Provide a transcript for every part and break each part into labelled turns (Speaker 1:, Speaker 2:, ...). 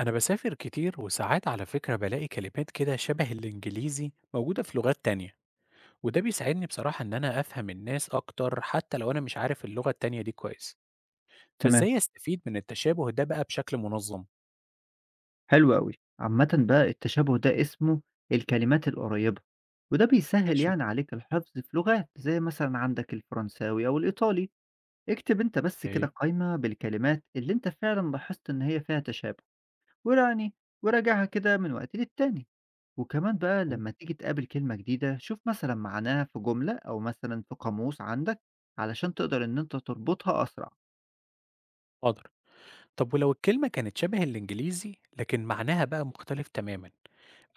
Speaker 1: أنا بسافر كتير وساعات على فكرة بلاقي كلمات كده شبه الإنجليزي موجودة في لغات تانية، وده بيساعدني بصراحة إن أنا أفهم الناس أكتر حتى لو أنا مش عارف اللغة التانية دي كويس.
Speaker 2: تمام،
Speaker 1: فإزاي أستفيد من التشابه ده بقى بشكل منظم؟
Speaker 2: حلو أوي. عامةً بقى التشابه ده اسمه الكلمات القريبة، وده بيسهّل
Speaker 1: ماشي.
Speaker 2: يعني عليك الحفظ في لغات زي مثلًا عندك الفرنساوي أو الإيطالي. اكتب أنت بس كده
Speaker 1: إيه؟
Speaker 2: قايمة بالكلمات اللي أنت فعلًا لاحظت إن هي فيها تشابه، ويعني وراجعها كده من وقت للتاني. وكمان بقى
Speaker 1: مم،
Speaker 2: لمّا تيجي تقابل كلمة جديدة، شوف مثلًا معناها في جملة أو مثلًا في قاموس عندك علشان تقدر إن أنت تربطها أسرع.
Speaker 1: حاضر. طب ولو الكلمة كانت شبه الإنجليزي لكن معناها بقى مختلف تماما،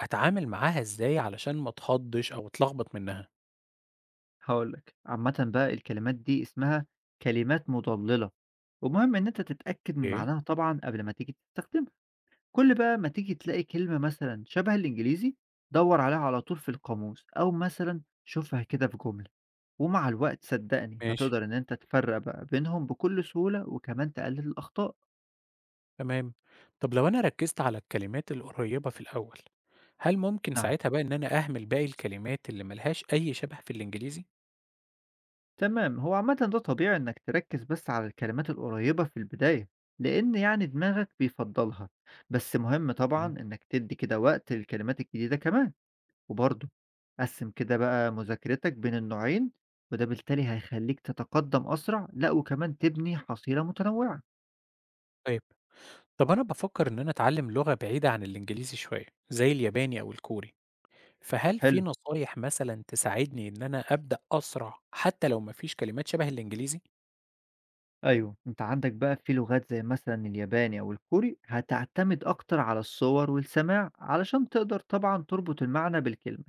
Speaker 1: أتعامل معاها إزاي علشان ما اتخضش أو اتلخبط منها؟
Speaker 2: هاقول لك، عامةً بقى الكلمات دي اسمها كلمات مُضلِّلة، ومهم إن أنت تتأكد من
Speaker 1: إيه؟
Speaker 2: معناها طبعًا قبل ما تيجي تستخدمها، كل بقى ما تيجي تلاقي كلمة مثلًا شبه الإنجليزي دَوّر عليها على طول في القاموس، أو مثلًا شوفها كده في جملة، ومع الوقت صدّقني
Speaker 1: ماشي،
Speaker 2: هتقدر إن أنت تفرّق بقى بينهم بكل سهولة وكمان تقلل الأخطاء.
Speaker 1: تمام. طب لو أنا ركزت على الكلمات القريبة في الأول، هل ممكن
Speaker 2: نعم.
Speaker 1: ساعتها بقى إن أنا أهمل باقي الكلمات اللي ما لهاش أي شبه في الإنجليزي؟
Speaker 2: تمام، هو عامة ده طبيعي إنك تركز بس على الكلمات القريبة في البداية، لأن يعني دماغك بيفضلها. بس مهم طبعا
Speaker 1: إمم.
Speaker 2: إنك تدي كده وقت للكلمات الجديدة كمان. وبرضه قسم كده بقى مذاكرتك بين النوعين، وده بالتالي هيخليك تتقدم أسرع، لأ وكمان تبني حصيلة متنوعة.
Speaker 1: طيب، طب أنا بافكر إن أنا أتعلم لغة بعيدة عن الإنجليزي شوية، زي الياباني أو الكوري، فهل في
Speaker 2: حلو.
Speaker 1: نصايح مثلًا تساعدني إن أنا أبدأ أسرع حتى لو ما فيش كلمات شبه الإنجليزي؟
Speaker 2: أيوه، أنت عندك بقى في لغات زي مثلا الياباني أو الكوري هتعتمد أكتر على الصور والسماع علشان تقدر طبعا تربط المعنى بالكلمة.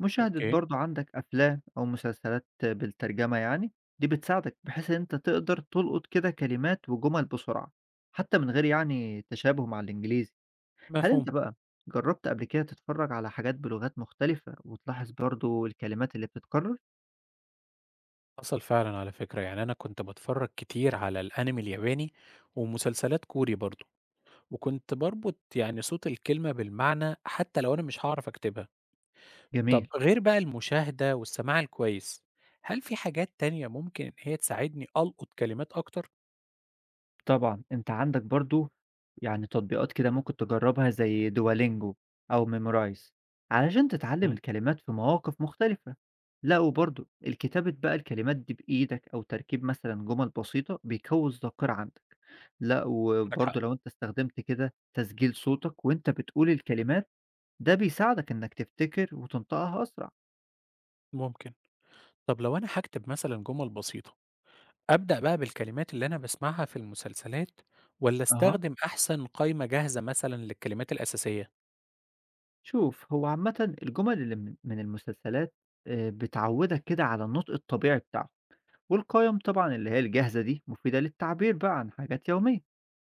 Speaker 2: مشاهدة
Speaker 1: أوكي.
Speaker 2: برضه عندك أفلام أو مسلسلات بالترجمة يعني، دي بتساعدك بحيث إن أنت تقدر تلقط كده كلمات وجمل بسرعة حتى من غير يعني تشابه مع الإنجليزي. هل
Speaker 1: مفهوم،
Speaker 2: أنت بقى جربت قبل كده تتفرج على حاجات بلغات مختلفة وتلاحظ برضه الكلمات اللي بتتكرر؟
Speaker 1: حصل فعلًا على فكرة، يعني أنا كنت باتفرج كتير على الأنمي الياباني ومسلسلات كوري برضه، وكنت باربط يعني صوت الكلمة بالمعنى حتى لو أنا مش هاعرف أكتبها. طب
Speaker 2: جميل.
Speaker 1: غير بقى المشاهدة والسماع الكويس، هل في حاجات تانية ممكن إن هي تساعدني ألقط كلمات أكتر؟
Speaker 2: طبعًا، أنت عندك برضه يعني تطبيقات كده ممكن تجرّبها زي Duolingo أو Memrise علشان تتعلّم
Speaker 1: مم.
Speaker 2: الكلمات في مواقف مختلفة. لأ، وبرضه الكتابة بقى الكلمات دي بإيدك أو تركيب مثلًا جُمل بسيطة بيقوّي الذاكرة عندك. لأ،
Speaker 1: عندك حق،
Speaker 2: وبرضه لو أنت استخدمت كده تسجيل صوتك وأنت بتقول الكلمات، ده بيساعدك إنّك تفتكر وتنطقها أسرع.
Speaker 1: ممكن. طب لو أنا هكتب مثلا جمل بسيطة، أبدأ بقى بالكلمات اللي أنا بسمعها في المسلسلات ولا
Speaker 2: أها.
Speaker 1: أستخدم أحسن قائمة جاهزة مثلا للكلمات الأساسية؟
Speaker 2: شوف، هو عامةً الجُمل اللي من المسلسلات بتعوّدك كده على النطق الطبيعي بتاعها. والقيم طبعًا اللي هي الجاهزة دي مفيدة للتعبير بقى عن حاجات يومية،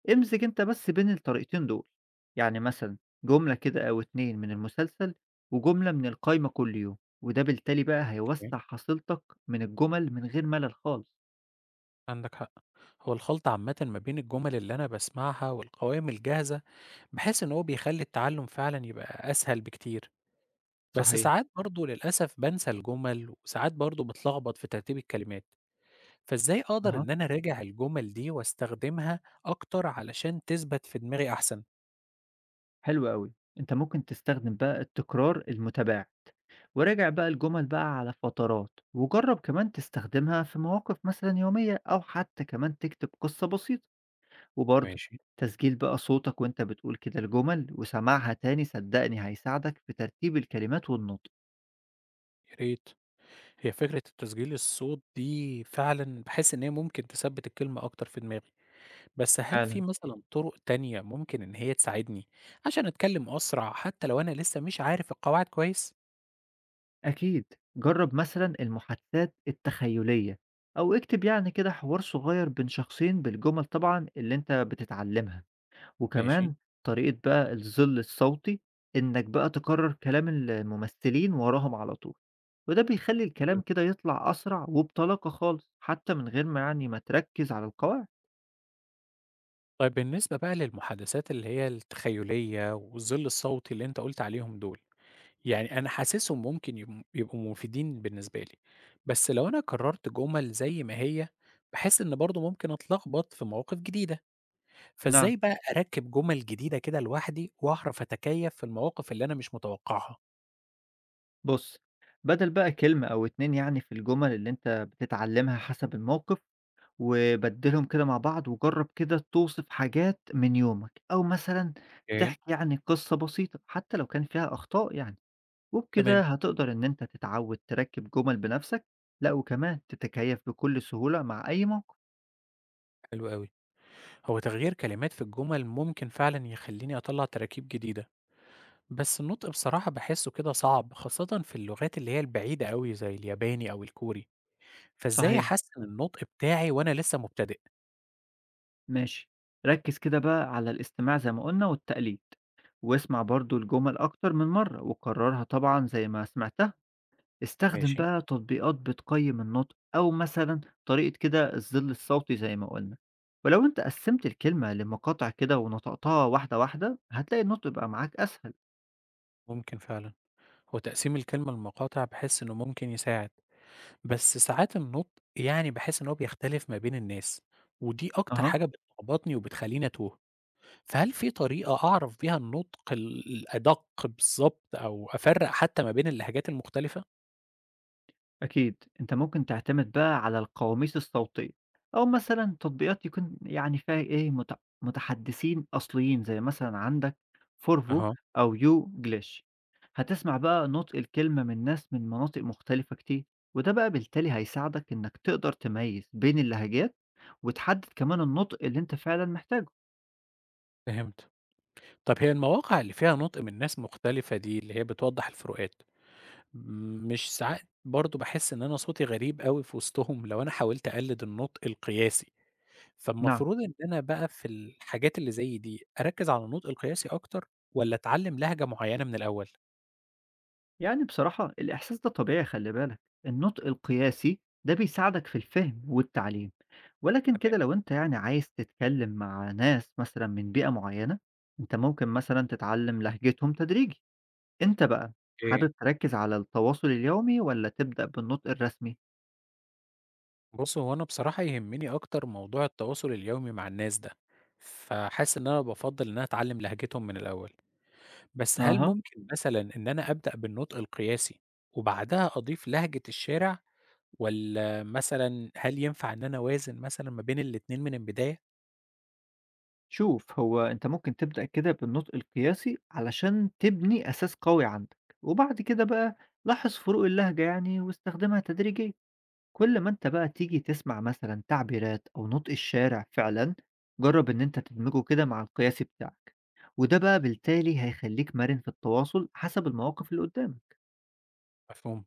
Speaker 2: امزج أنت بس بين الطريقتين دول، يعني مثلًا جملة كده أو 2 من المسلسل وجملة من القايمة كل يوم، وده بالتالي بقى
Speaker 1: أوكي.
Speaker 2: هيوسّع حصيلتك من الجمل من غير ملل خالص.
Speaker 1: عندك حق، هو الخلط عامة ما بين الجمل اللي أنا بسمعها والقوائم الجاهزة بحيث إن هو بيخلي التعلم فعلا يبقى أسهل بكتير، بس
Speaker 2: صحيح.
Speaker 1: ساعات برضه للأسف بانسى الجُمل، وساعات برضه باتلخبط في ترتيب الكلمات، فإزاي أقدر
Speaker 2: أها،
Speaker 1: إن أنا أراجع الجُمل دي واستخدمها أكتر علشان تثبت في دماغي أحسن؟
Speaker 2: حلو أوي. أنت ممكن تستخدم بقى التكرار المتباعد، وراجع بقى الجمل بقى على فترات، وجرب كمان تستخدمها في مواقف مثلًا يومية أو حتى كمان تكتب قصة بسيطة. وبرضه
Speaker 1: ماشي.
Speaker 2: تسجيل بقى صوتك وأنت بتقول كده الجمل وسماعها تاني صدقني هيساعدك في ترتيب الكلمات والنطق.
Speaker 1: يا ريت. هي فكرة التسجيل الصوت دي فعلًا باحس إن هي ممكن تثبّت الكلمة أكتر في دماغي، بس هل في
Speaker 2: فعلا.
Speaker 1: مثلًا طُرق تانية ممكن إن هي تساعدني عشان أتكلم أسرع حتى لو أنا لسه مش عارف القواعد كويس؟
Speaker 2: أكيد، جرب مثلا المحادثات التخيلية أو اكتب يعني كده حوار صغير بين شخصين بالجمل طبعا اللي أنت بتتعلمها.
Speaker 1: ماشي.
Speaker 2: وكمان طريقة بقى الظل الصوتي، إنك بقى تكرر كلام الممثلين وراهم على طول، وده بيخلي الكلام كده يطلع أسرع وبطلاقة خالص حتى من غير ما يعني ما تركز على القواعد.
Speaker 1: طيب بالنسبة بقى للمحادثات اللي هي التخيلية والظل الصوتي اللي أنت قُلت عليهم دول، يعني أنا حاسسهم ممكن يبقوا مفيدين بالنسبة لي، بس لو أنا كرّرت جُمل زي ما هي، باحس إن برضه ممكن أتلخبط في مواقف جديدة،
Speaker 2: نعم.
Speaker 1: فإزاي بقى أركّب جُمل جديدة كده لوحدي وأعرف أتكيّف في المواقف اللي أنا مش متوقعها؟
Speaker 2: بُص، بدل بقى كلمة أو 2 يعني في الجُمل اللي أنت بتتعلّمها حسب الموقف، وبدّلهم كده مع بعض وجرّب كده توصف حاجات من يومك، أو مثلًا
Speaker 1: أوكي.
Speaker 2: تحكي يعني قصة بسيطة حتى لو كان فيها أخطاء يعني، وبكده
Speaker 1: تمام،
Speaker 2: هتقدر إن أنت تتعوّد تركّب جُمل بنَفْسك، لأ وكمان تتكيّف بكل سهولة مع أي موقف.
Speaker 1: حلو أوي. هو تغيير كلمات في الجُمل ممكن فعلًا يخلّيني أطلّع تراكيب جديدة. بس النطق بصراحة باحسّه كده صعب، خاصةً في اللغات اللي هي البعيدة أوي زي الياباني أو الكوري، فإزاي
Speaker 2: صحيح.
Speaker 1: أحسّن النطق بتاعي وأنا لسّه مبتدئ؟
Speaker 2: ماشي، ركّز كده بقى على الاستماع زي ما قُلنا والتقليد، واسمع برضه الجُمل أكتر من مرّة وكرّرها طبعًا زي ما سمعتها. استخدم
Speaker 1: ماشي.
Speaker 2: بقى تطبيقات بتقيم النطق أو مثلا طريقة كده الظل الصوتي زي ما قلنا. ولو انت قسمت الكلمة لمقاطع كده ونطقتها واحدة واحدة هتلاقي النطق بقى معاك أسهل.
Speaker 1: ممكن فعلًا، هو تقسيم الكلمة لمقاطع باحس إنه ممكن يساعد، بس ساعات النطق يعني باحس إن هو بيختلف ما بين الناس، ودي أكتر
Speaker 2: أها.
Speaker 1: حاجة بتلخبطني وبتخلّيني أتوه، فهل في طريقة أعرف بيها النطق الأدق بالضبط أو أفرّق حتى ما بين اللهجات المختلفة؟
Speaker 2: أكيد أنت ممكن تعتمد بقى على القواميس الصوتية أو مثلا تطبيقات يكون يعني فيها متحدثين أصليين زي مثلا عندك فورفو
Speaker 1: أها.
Speaker 2: أو يو جليش. هتسمع بقى نطق الكلمة من ناس من مناطق مختلفة كتير، وده بقى بالتالي هيساعدك إنك تقدر تميز بين اللهجات وتحدد كمان النطق اللي أنت فعلا محتاجه.
Speaker 1: فهمت. طب هي المواقع اللي فيها نطق من ناس مختلفة دي اللي هي بتوضح الفروقات، مش ساعات برضه باحس إن أنا صوتي غريب أوي في وسطهم لو أنا حاولت أقلد النطق القياسي،
Speaker 2: نعم.
Speaker 1: فالمفروض إن أنا بقى في الحاجات اللي زي دي أركّز على النطق القياسي أكتر والّا أتعلم لهجة معينة من الأول؟
Speaker 2: يعني بصراحة الإحساس ده طبيعي، خلي بالك النطق القياسي ده بيساعدك في الفهم والتعليم، ولكن
Speaker 1: تمام،
Speaker 2: كده لو أنت يعني عايز تتكلم مع ناس مثلا من بيئة معينة، أنت ممكن مثلا تتعلم لهجتهم تدريجي. أنت بقى
Speaker 1: أوكي.
Speaker 2: حابب تركز على التواصل اليومي ولا تبدأ بالنطق الرسمي؟
Speaker 1: بُص هو أنا بصراحة يهمني أكتر موضوع التواصل اليومي مع الناس ده، فحاسس إن أنا بافضّل إن أنا أتعلم لهجتهم من الأول. بس هل
Speaker 2: أها.
Speaker 1: ممكن مثلًا إن أنا أبدأ بالنطق القياسي، وبعدها أضيف لهجة الشارع، والّا مثلًا هل ينفع إن أنا أوازن مثلًا ما بين الاتنين من البداية؟
Speaker 2: شوف، هو أنت ممكن تبدأ كده بالنطق القياسي علشان تبني أساس قوي عندك، وبعد كده بقى لاحظ فروق اللهجة يعني واستخدمها تدريجيا. كل ما أنت بقى تيجي تسمع مثلًا تعبيرات أو نُطق الشارع فعلًا، جرّب إن أنت تدمجه كده مع القياسي بتاعك، وده بقى بالتالي هيخلّيك مرِن في التواصل حسب المواقف اللي قدّامك.
Speaker 1: مفهوم.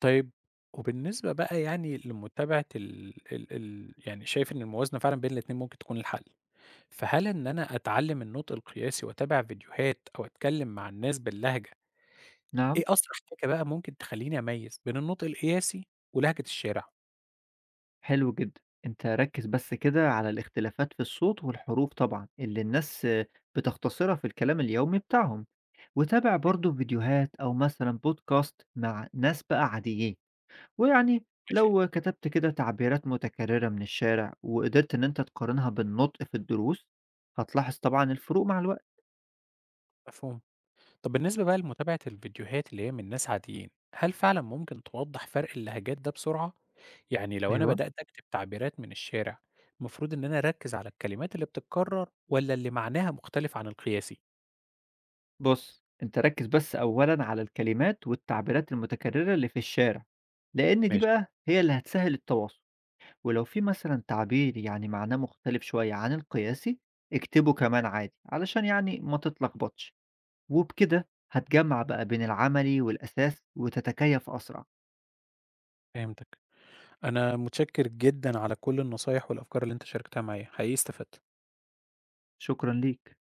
Speaker 1: طيب، وبالنسبة بقى يعني لمتابعة ال يعني شايف إن الموازنة فعلًا بين الاتنين ممكن تكون الحل، فهل إن أنا أتعلم النطق القياسي وأتابع فيديوهات أو أتكلم مع الناس باللهجة،
Speaker 2: نعم،
Speaker 1: إيه أسرع حاجة بقى ممكن تخلّيني أميّز بين النطق القياسي ولهجة الشارع؟
Speaker 2: حلو جدًا. أنت ركّز بس كده على الاختلافات في الصوت والحروف طبعًا اللي الناس بتختصرها في الكلام اليومي بتاعهم، وتابع برضه فيديوهات أو مثلًا podcast مع ناس بقى عاديين. ويعني
Speaker 1: ماشي،
Speaker 2: لو كتبت كده تعبيرات متكررة من الشارع وقدرت إن أنت تقارنها بالنطق في الدروس هتلاحظ طبعا الفروق مع الوقت.
Speaker 1: مفهوم. طب بالنسبة بقى لمتابعة الفيديوهات اللي هي من ناس عاديين، هل فعلا ممكن توضح فرق اللهجات ده بسرعة؟ يعني لو أنا
Speaker 2: ايوه.
Speaker 1: بدأت أكتب تعبيرات من الشارع، المفروض إن أنا أركز على الكلمات اللي بتتكرر ولا اللي معناها مختلف عن القياسي؟
Speaker 2: بص، أنت ركز بس أولا على الكلمات والتعبيرات المتكررة اللي في الشارع لأن دي
Speaker 1: ماشي،
Speaker 2: بقى هي اللي هتسهل التواصل. ولو في مثلا تعبير يعني معناه مختلف شوية عن القياسي، اكتبه كمان عادي علشان يعني ما تتلخبطش، وبكده هتجمع بقى بين العملي والأساس وتتكيف أسرع.
Speaker 1: فهمتك. أنا متشكر جدا على كل النصايح والأفكار اللي أنت شاركتها معايا، حقيقي استفدت.
Speaker 2: شكرا ليك.